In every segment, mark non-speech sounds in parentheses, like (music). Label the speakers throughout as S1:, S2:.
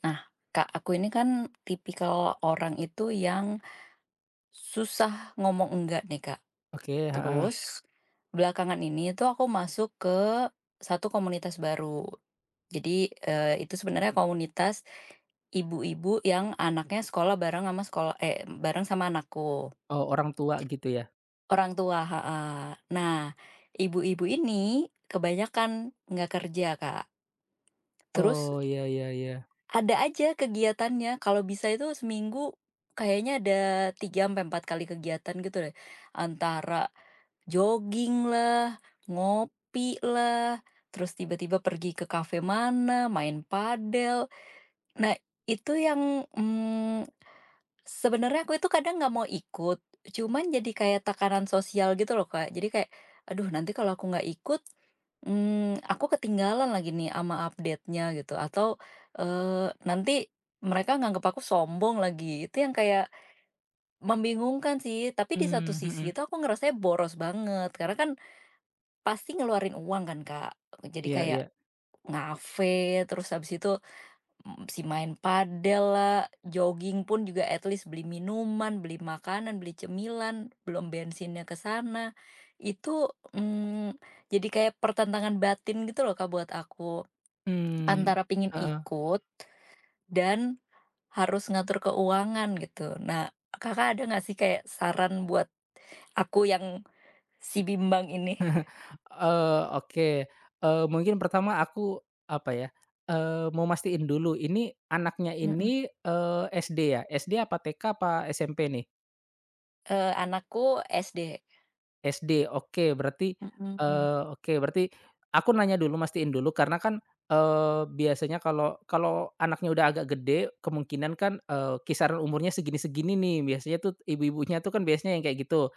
S1: Nah, Kak, aku ini kan tipikal orang itu yang susah ngomong enggak nih, Kak.
S2: Oke, heeh.
S1: Terus belakangan ini tuh aku masuk ke satu komunitas baru. Jadi, itu sebenarnya komunitas ibu-ibu yang anaknya sekolah bareng sama sekolah eh, bareng sama anakku,
S2: Oh, orang tua gitu ya?
S1: orang tua heeh. Nah, ibu-ibu ini kebanyakan nggak kerja, Kak. Terus
S2: Oh, iya iya iya.
S1: Ada aja kegiatannya, kalau bisa itu seminggu kayaknya ada 3 sampai 4 kali kegiatan gitu deh. Antara jogging lah, ngopi lah, terus tiba-tiba pergi ke kafe mana, main padel. Nah, itu yang, sebenarnya aku itu kadang nggak mau ikut, cuman jadi kayak tekanan sosial gitu loh, Kak. Jadi kayak, "Aduh, nanti kalau aku nggak ikut." Aku ketinggalan lagi nih ama update-nya gitu atau, nanti mereka nganggep aku sombong lagi. Itu yang kayak membingungkan sih, tapi di satu sisi
S2: Mhm.
S1: itu aku ngerasanya boros banget karena kan pasti ngeluarin uang kan, Kak. Jadi
S2: Iya
S1: kayak
S2: iya.
S1: ngafe, terus habis itu, si main padel lah, jogging pun juga at least beli minuman, beli makanan, beli cemilan, belum bensinnya ke sana. Itu, mmm, jadi kayak pertentangan batin gitu loh, Kak, buat aku.
S2: Mmm,
S1: Antara pingin
S2: heeh.
S1: ikut dan harus ngatur keuangan gitu. Nah, Kakak ada nggak sih kayak saran buat aku yang si bimbang ini?
S2: Oke. Mungkin pertama aku, apa ya, mau mastiin dulu ini anaknya
S1: Mhm,
S2: ini, SD ya? SD apa TK apa SMP nih?
S1: anakku SD.
S2: SD, oke berarti,
S1: Mhm,
S2: oke berarti aku nanya dulu mastiin dulu karena kan, biasanya kalau kalau anaknya udah agak gede kemungkinan kan, kisaran umurnya segini-segini nih biasanya tuh ibu-ibunya tuh kan biasanya yang kayak gitu.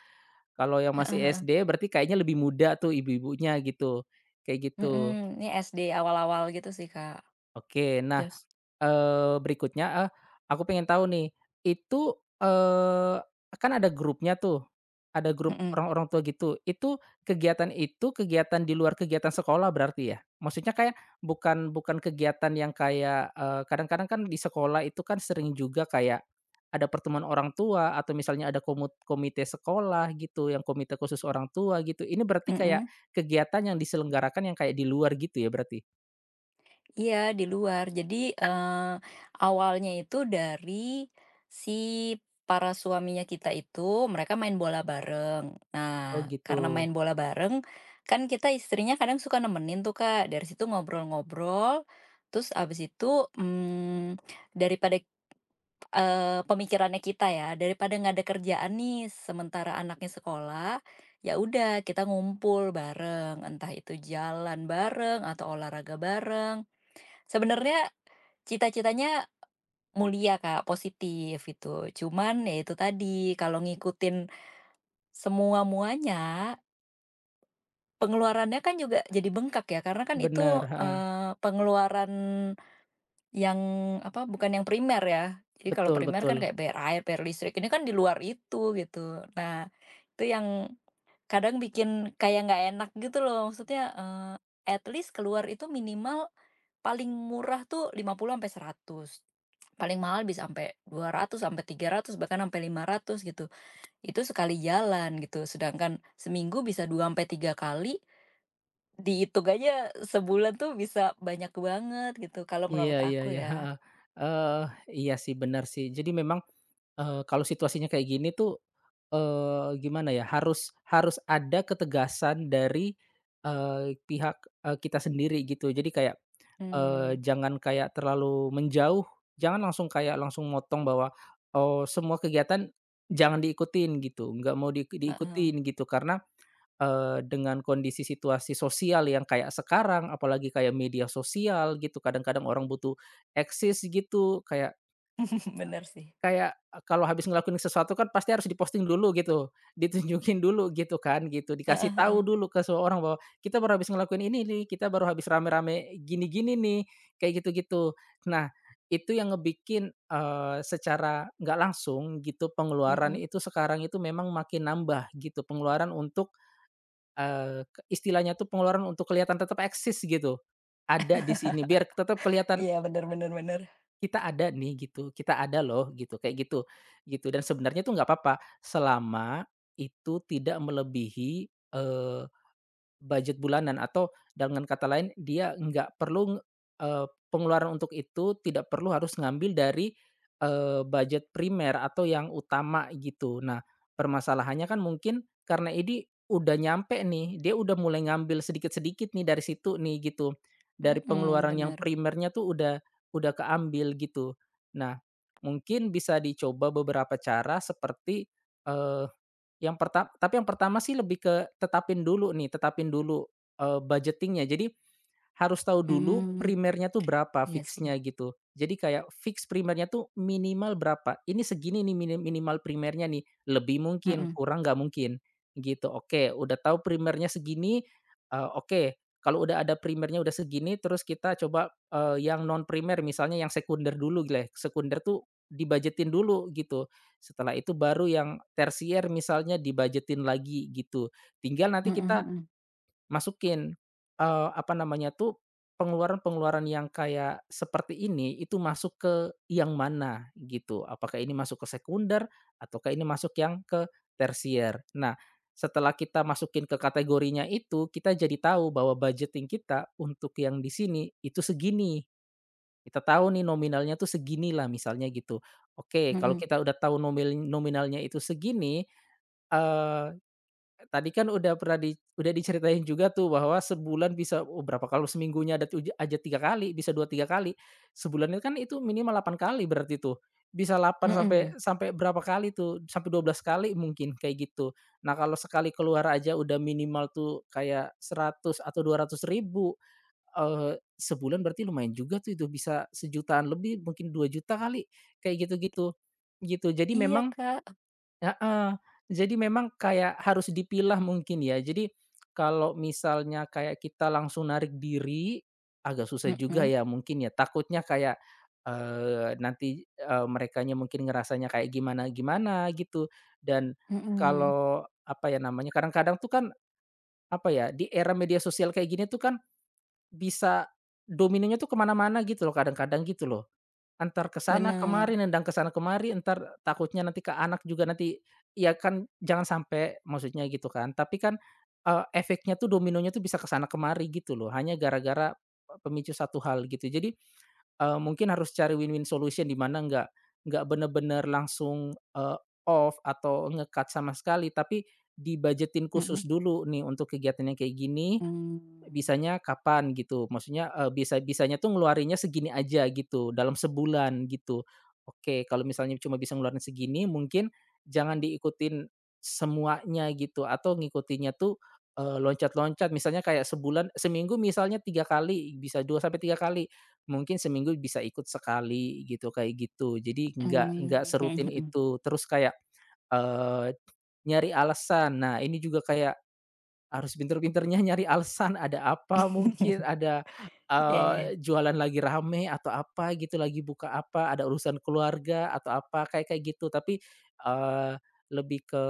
S2: Kalau yang
S1: heeh
S2: masih
S1: heeh,
S2: SD berarti kayaknya lebih muda tuh ibu-ibunya gitu, kayak gitu.
S1: mhm, ini SD awal-awal gitu sih, Kak.
S2: Oke, nah.
S1: Terus
S2: Berikutnya, aku pengen tahu nih, itu, kan ada grupnya tuh, ada grup
S1: mhm,
S2: orang-orang tua gitu, itu kegiatan di luar kegiatan sekolah berarti ya? Maksudnya kayak bukan bukan kegiatan yang kayak, kadang-kadang kan di sekolah itu kan sering juga kayak ada pertemuan orang tua atau misalnya ada komite sekolah gitu, yang komite khusus orang tua gitu, ini berarti kayak
S1: mhm.
S2: kegiatan yang diselenggarakan yang kayak di luar gitu ya berarti?
S1: Iya, di luar. Jadi, eee, awalnya itu dari si para suaminya kita itu, mereka main bola bareng. Nah,
S2: Oh gitu,
S1: karena main bola bareng, kan kita istrinya kadang suka nemenin tuh, Kak. Dari situ ngobrol-ngobrol, terus abis itu, mmm, daripada, pemikirannya kita ya, daripada nggak ada kerjaan nih, sementara anaknya sekolah, ya udah kita ngumpul bareng, entah itu jalan bareng atau olahraga bareng. Sebenarnya cita-citanya mulia, Kak, positif itu. Cuman ya itu tadi, kalau ngikutin semua-muanya, pengeluarannya kan juga jadi bengkak ya, karena kan itu,
S2: bener, heeh.
S1: pengeluaran yang apa, bukan yang primer ya. Jadi kalau
S2: Betul
S1: primer kan
S2: betul.
S1: kayak bayar air, bayar listrik, ini kan di luar itu gitu. Nah, itu yang kadang bikin kayak nggak enak gitu loh, maksudnya, at least keluar itu minimal paling murah tuh 50 sampai 100. Paling mahal bisa sampai 200 sampai 300 bahkan sampai 500 gitu. Itu sekali jalan gitu, sedangkan seminggu bisa 2 sampai 3 kali, dihitung aja sebulan tuh bisa banyak banget gitu, kalau
S2: Iya
S1: menurut
S2: iya
S1: aku
S2: iya,
S1: ya.
S2: heeh. Eee, iya sih, benar sih. Jadi memang, kalau situasinya kayak gini tuh, gimana ya, harus harus ada ketegasan dari, pihak, kita sendiri gitu. Jadi kayak,
S1: Mmm,
S2: jangan kayak terlalu menjauh, jangan langsung kayak langsung motong bahwa, oh, semua kegiatan jangan diikutin gitu, nggak mau
S1: heeh.
S2: diikutin gitu. Karena. Dengan kondisi situasi sosial yang kayak sekarang, apalagi kayak media sosial gitu, kadang-kadang orang butuh eksis gitu, kayak
S1: (laughs) Bener sih.
S2: kayak eh, kalau habis ngelakuin sesuatu kan pasti harus diposting dulu gitu, (laughs) ditunjukin dulu gitu kan, gitu, dikasih
S1: Heeh heeh.
S2: tahu dulu ke semua orang bahwa, "Kita baru habis ngelakuin ini nih, kita baru habis rame-rame gini-gini nih," kayak gitu-gitu. Nah, itu yang ngebikin, secara nggak langsung gitu pengeluaran
S1: Mhm.
S2: itu sekarang itu memang makin nambah gitu, pengeluaran untuk. Ke istilahnya tuh pengeluaran untuk kelihatan tetap eksis gitu, ada di sini biar tetap kelihatan
S1: Iya, bener bener bener.
S2: kita ada nih gitu, kita ada loh gitu, kayak gitu, gitu. Dan sebenarnya tuh nggak apa-apa selama itu tidak melebihi, eh, budget bulanan, atau dengan kata lain dia nggak perlu, pengeluaran untuk itu tidak perlu harus ngambil dari, budget primer atau yang utama gitu. Nah, permasalahannya kan mungkin karena ini udah nyampe nih, dia udah mulai ngambil sedikit-sedikit nih dari situ nih gitu, dari
S1: Mhm,
S2: pengeluaran yang
S1: bener.
S2: primernya tuh udah keambil gitu. Nah, mungkin bisa dicoba beberapa cara seperti, eh, yang perta tapi yang pertama sih lebih ke tetapin dulu nih, budgeting. Jadi, harus tahu dulu
S1: Mmm,
S2: primernya tuh berapa
S1: iya sih.
S2: fixnya gitu. Jadi kayak fix primernya tuh minimal berapa, ini segini nih minimal primernya nih, lebih mungkin,
S1: Mhm.
S2: kurang nggak mungkin, gitu. Oke, udah tahu primernya segini, oke, kalau udah ada primernya udah segini terus kita coba, yang non primer misalnya yang sekunder dulu leh, sekunder tuh dibajetin dulu gitu. Setelah itu baru yang tersier misalnya dibajetin lagi gitu. Tinggal nanti
S1: Mhm
S2: kita
S1: mhm.
S2: masukin, apa namanya tuh, pengeluaran-pengeluaran yang kayak seperti ini itu masuk ke yang mana gitu, apakah ini masuk ke sekunder ataukah ini masuk yang ke tersier. Nah, setelah kita masukin ke kategorinya itu, kita jadi tahu bahwa budgeting kita untuk yang di sini itu segini. Kita tahu nih nominalnya tuh segini lah misalnya gitu. Oke, kalau
S1: Mhm.
S2: kita udah tahu nominalnya itu segini, tadi kan udah pernah udah diceritain juga tuh bahwa sebulan bisa, oh, berapa kalau seminggunya ada aja 3 kali, bisa 2 3 kali. Sebulannya kan itu minimal 8 kali berarti tuh. Bisa delapan sampai
S1: Mhm.
S2: sampai berapa kali tuh, sampai 12 kali mungkin kayak gitu. Nah, kalau sekali keluar aja udah minimal tuh kayak 100 atau 200.000, eee, sebulan berarti lumayan juga tuh itu bisa sejutaan lebih, mungkin 2.000.000 kali, kayak gitu-gitu, gitu. Jadi
S1: Iya,
S2: memang.
S1: Kak.
S2: Heeh. Jadi memang kayak harus dipilah mungkin ya. Jadi kalau misalnya kayak kita langsung narik diri, agak susah juga
S1: Mhm.
S2: ya mungkin ya. Takutnya kayak, nanti, merekanya mungkin ngerasanya kayak gimana-gimana gitu. Dan
S1: Mhm.
S2: kalau, apa ya namanya, kadang-kadang tuh kan, apa ya, di era media sosial kayak gini tuh kan bisa dominenya tuh kemana mana-mana gitu loh, kadang-kadang gitu loh. Antar ke sana
S1: Bener.
S2: kemari, nendang ke sana kemari, entar takutnya nanti ke anak juga nanti ya kan jangan sampai maksudnya gitu kan. Tapi kan, efeknya tuh dominonya tuh bisa ke sana kemari gitu loh, hanya gara-gara pemicu satu hal gitu. Jadi, mungkin harus cari win-win solution di mana nggak bener-bener langsung, off atau ngekat sama sekali, tapi dibajetin
S1: Mhm.
S2: khusus dulu nih untuk kegiatan yang kayak gini.
S1: Mmm.
S2: Bisanya kapan gitu, maksudnya, bisanya tuh ngeluarinnya segini aja gitu, dalam sebulan gitu. Oke, kalau misalnya cuma bisa ngeluarin segini mungkin jangan diikutin semuanya gitu, atau ngikutinnya tuh, loncat-loncat misalnya kayak sebulan seminggu misalnya 3 kali, bisa 2 sampai 3 kali, mungkin seminggu bisa ikut sekali gitu, kayak gitu. Jadi nggak
S1: Mmm, mhm
S2: serutin
S1: mhm.
S2: itu, terus kayak, eee, nyari alasan. Nah, ini juga kayak harus pinter-pinternya nyari alasan, ada apa mungkin, ada,
S1: Iya iya.
S2: jualan lagi rame atau apa gitu, lagi buka apa, ada urusan keluarga atau apa, kayak kayak gitu. Tapi, eee, lebih ke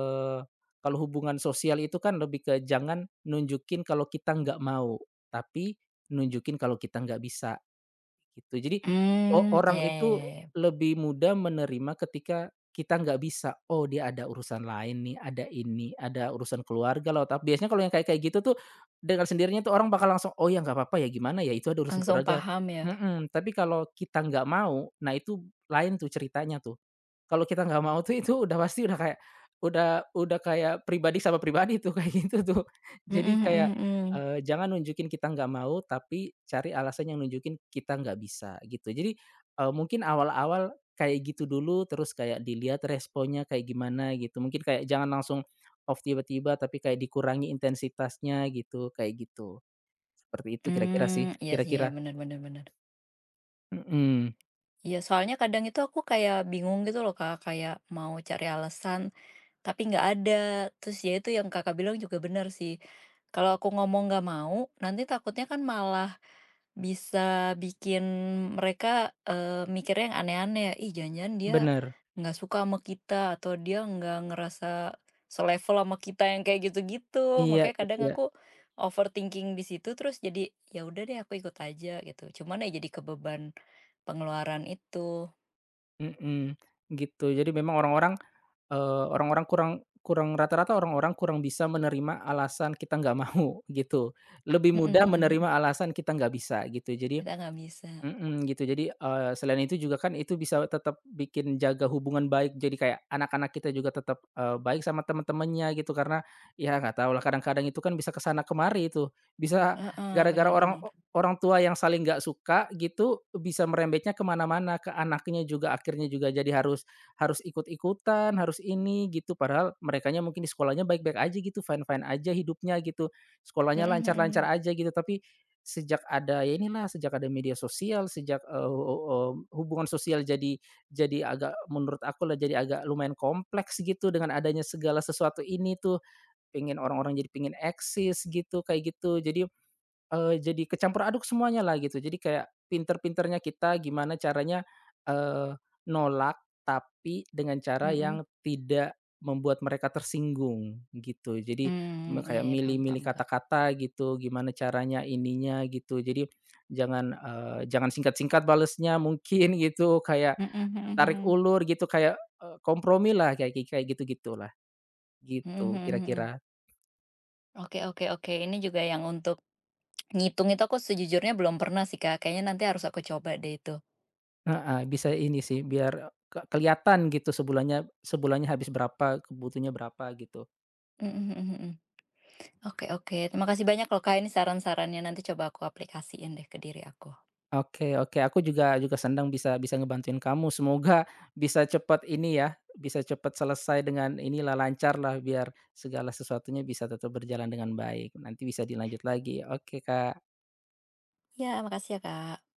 S2: kalau hubungan sosial itu kan lebih ke jangan nunjukin kalau kita nggak mau, tapi nunjukin kalau kita nggak bisa gitu. Jadi
S1: Mmm, iya
S2: orang
S1: iya
S2: itu
S1: iya iya.
S2: lebih mudah menerima ketika kita nggak bisa, "Oh, dia ada urusan lain nih, ada ini, ada urusan keluarga loh." Tapi biasanya kalau yang kayak kayak gitu tuh dengan sendirinya tuh orang bakal langsung, "Oh ya nggak apa-apa ya gimana ya itu ada urusan
S1: Langsung
S2: keluarga."
S1: paham ya.
S2: Mhm, tapi kalau kita nggak mau, nah itu lain tuh ceritanya tuh. Kalau kita nggak mau tuh itu udah pasti udah udah kayak pribadi sama pribadi tuh (laughs) kayak gitu tuh.
S1: Mhm
S2: Jadi
S1: mhm
S2: kayak,
S1: mhm.
S2: jangan nunjukin kita nggak mau, tapi cari alasan yang nunjukin kita nggak bisa gitu. Jadi, mungkin awal-awal kayak gitu dulu, terus kayak dilihat responnya kayak gimana gitu. Mungkin kayak jangan langsung off tiba-tiba, tapi kayak dikurangi intensitasnya gitu, kayak gitu. Seperti itu kira-kira sih,
S1: Mmm, iya sih,
S2: kira-kira.
S1: bener bener bener.
S2: Mhm,
S1: Iya, soalnya kadang itu aku kayak bingung gitu loh, Kak, kayak mau cari alasan, tapi nggak ada. Terus ya itu yang Kakak bilang juga bener sih. Kalau aku ngomong nggak mau, nanti takutnya kan malah bisa bikin mereka, mikirnya yang aneh-aneh ya, "Ih, jangan-jangan dia
S2: bener.
S1: nggak suka sama kita atau dia nggak ngerasa selevel sama kita," yang kayak gitu-gitu.
S2: Iya
S1: Makanya kadang
S2: iya,
S1: aku overthinking di situ terus jadi, "Ya udah deh aku ikut aja," gitu. Cuman ya jadi kebeban pengeluaran itu.
S2: mhm, gitu. Jadi memang orang-orang. Eee, orang-orang kurang kurang rata-rata orang-orang kurang bisa menerima alasan kita nggak mau (laughs) gitu, lebih
S1: Mhm
S2: mudah
S1: mhm mhm.
S2: menerima
S1: Mhm.
S2: alasan kita nggak bisa gitu. Jadi.
S1: Kita nggak bisa.
S2: Mhm, gitu. Jadi, selain itu juga kan itu bisa tetap bikin jaga hubungan baik, jadi kayak anak-anak kita juga tetap, baik sama teman-temannya gitu karena ya nggak tahu lah kadang-kadang itu kan bisa kesana kemari itu. Bisa
S1: Heeh,
S2: gara-gara
S1: bener
S2: orang
S1: bener.
S2: orang tua yang saling nggak suka gitu, bisa merembetnya kemana mana-mana, ke anaknya juga akhirnya juga jadi harus harus ikut-ikutan, harus ini gitu, padahal merekanya mungkin di sekolahnya baik-baik aja gitu, fine-fine aja hidupnya gitu,
S1: Mhm
S2: sekolahnya lancar-lancar
S1: mhm.
S2: aja gitu, tapi. Sejak ada ya inilah, sejak ada media sosial, sejak, hubungan sosial jadi agak menurut aku lah jadi agak lumayan kompleks gitu dengan adanya segala sesuatu ini tuh, pengen orang-orang jadi pengen eksis gitu, kayak gitu. Jadi kecampur aduk semuanya lah gitu. Jadi kayak pinter-pinternya kita gimana caranya, eee, nolak tapi dengan cara
S1: Mhm.
S2: yang tidak membuat mereka tersinggung gitu. Jadi
S1: Mmm, iya
S2: kayak
S1: iya, paham paham,
S2: milih-milih
S1: Kak.
S2: kata-kata gitu, gimana caranya ininya gitu. Jadi jangan singkat-singkat balesnya mungkin (laughs) gitu, kayak
S1: Mhm mhm
S2: tarik
S1: mhm.
S2: ulur gitu, kayak, kompromi lah, kayak kayak gitu-gitulah,
S1: Mhm mhm mhm.
S2: gitu
S1: Mhm, mhm.
S2: kira-kira.
S1: Oke oke oke, ini juga yang untuk ngitung itu aku sejujurnya belum pernah sih, Kak, kayaknya nanti harus aku coba deh itu.
S2: Heeh, bisa ini sih biar kelihatan gitu sebulannya sebulannya habis berapa, kebutuhnya berapa gitu.
S1: Mhm mhm mhm. Mhm. Oke oke, terima kasih banyak loh, Kak, ini saran-sarannya nanti coba aku aplikasiin deh ke diri aku.
S2: Oke oke, aku juga juga senang bisa bisa ngebantuin kamu. Semoga (laughs) bisa cepat ini ya, bisa cepat selesai dengan inilah, lancar lah biar segala sesuatunya bisa tetap berjalan dengan baik. Nanti bisa dilanjut lagi. Oke, Kak.
S1: Ya makasih ya, Kak.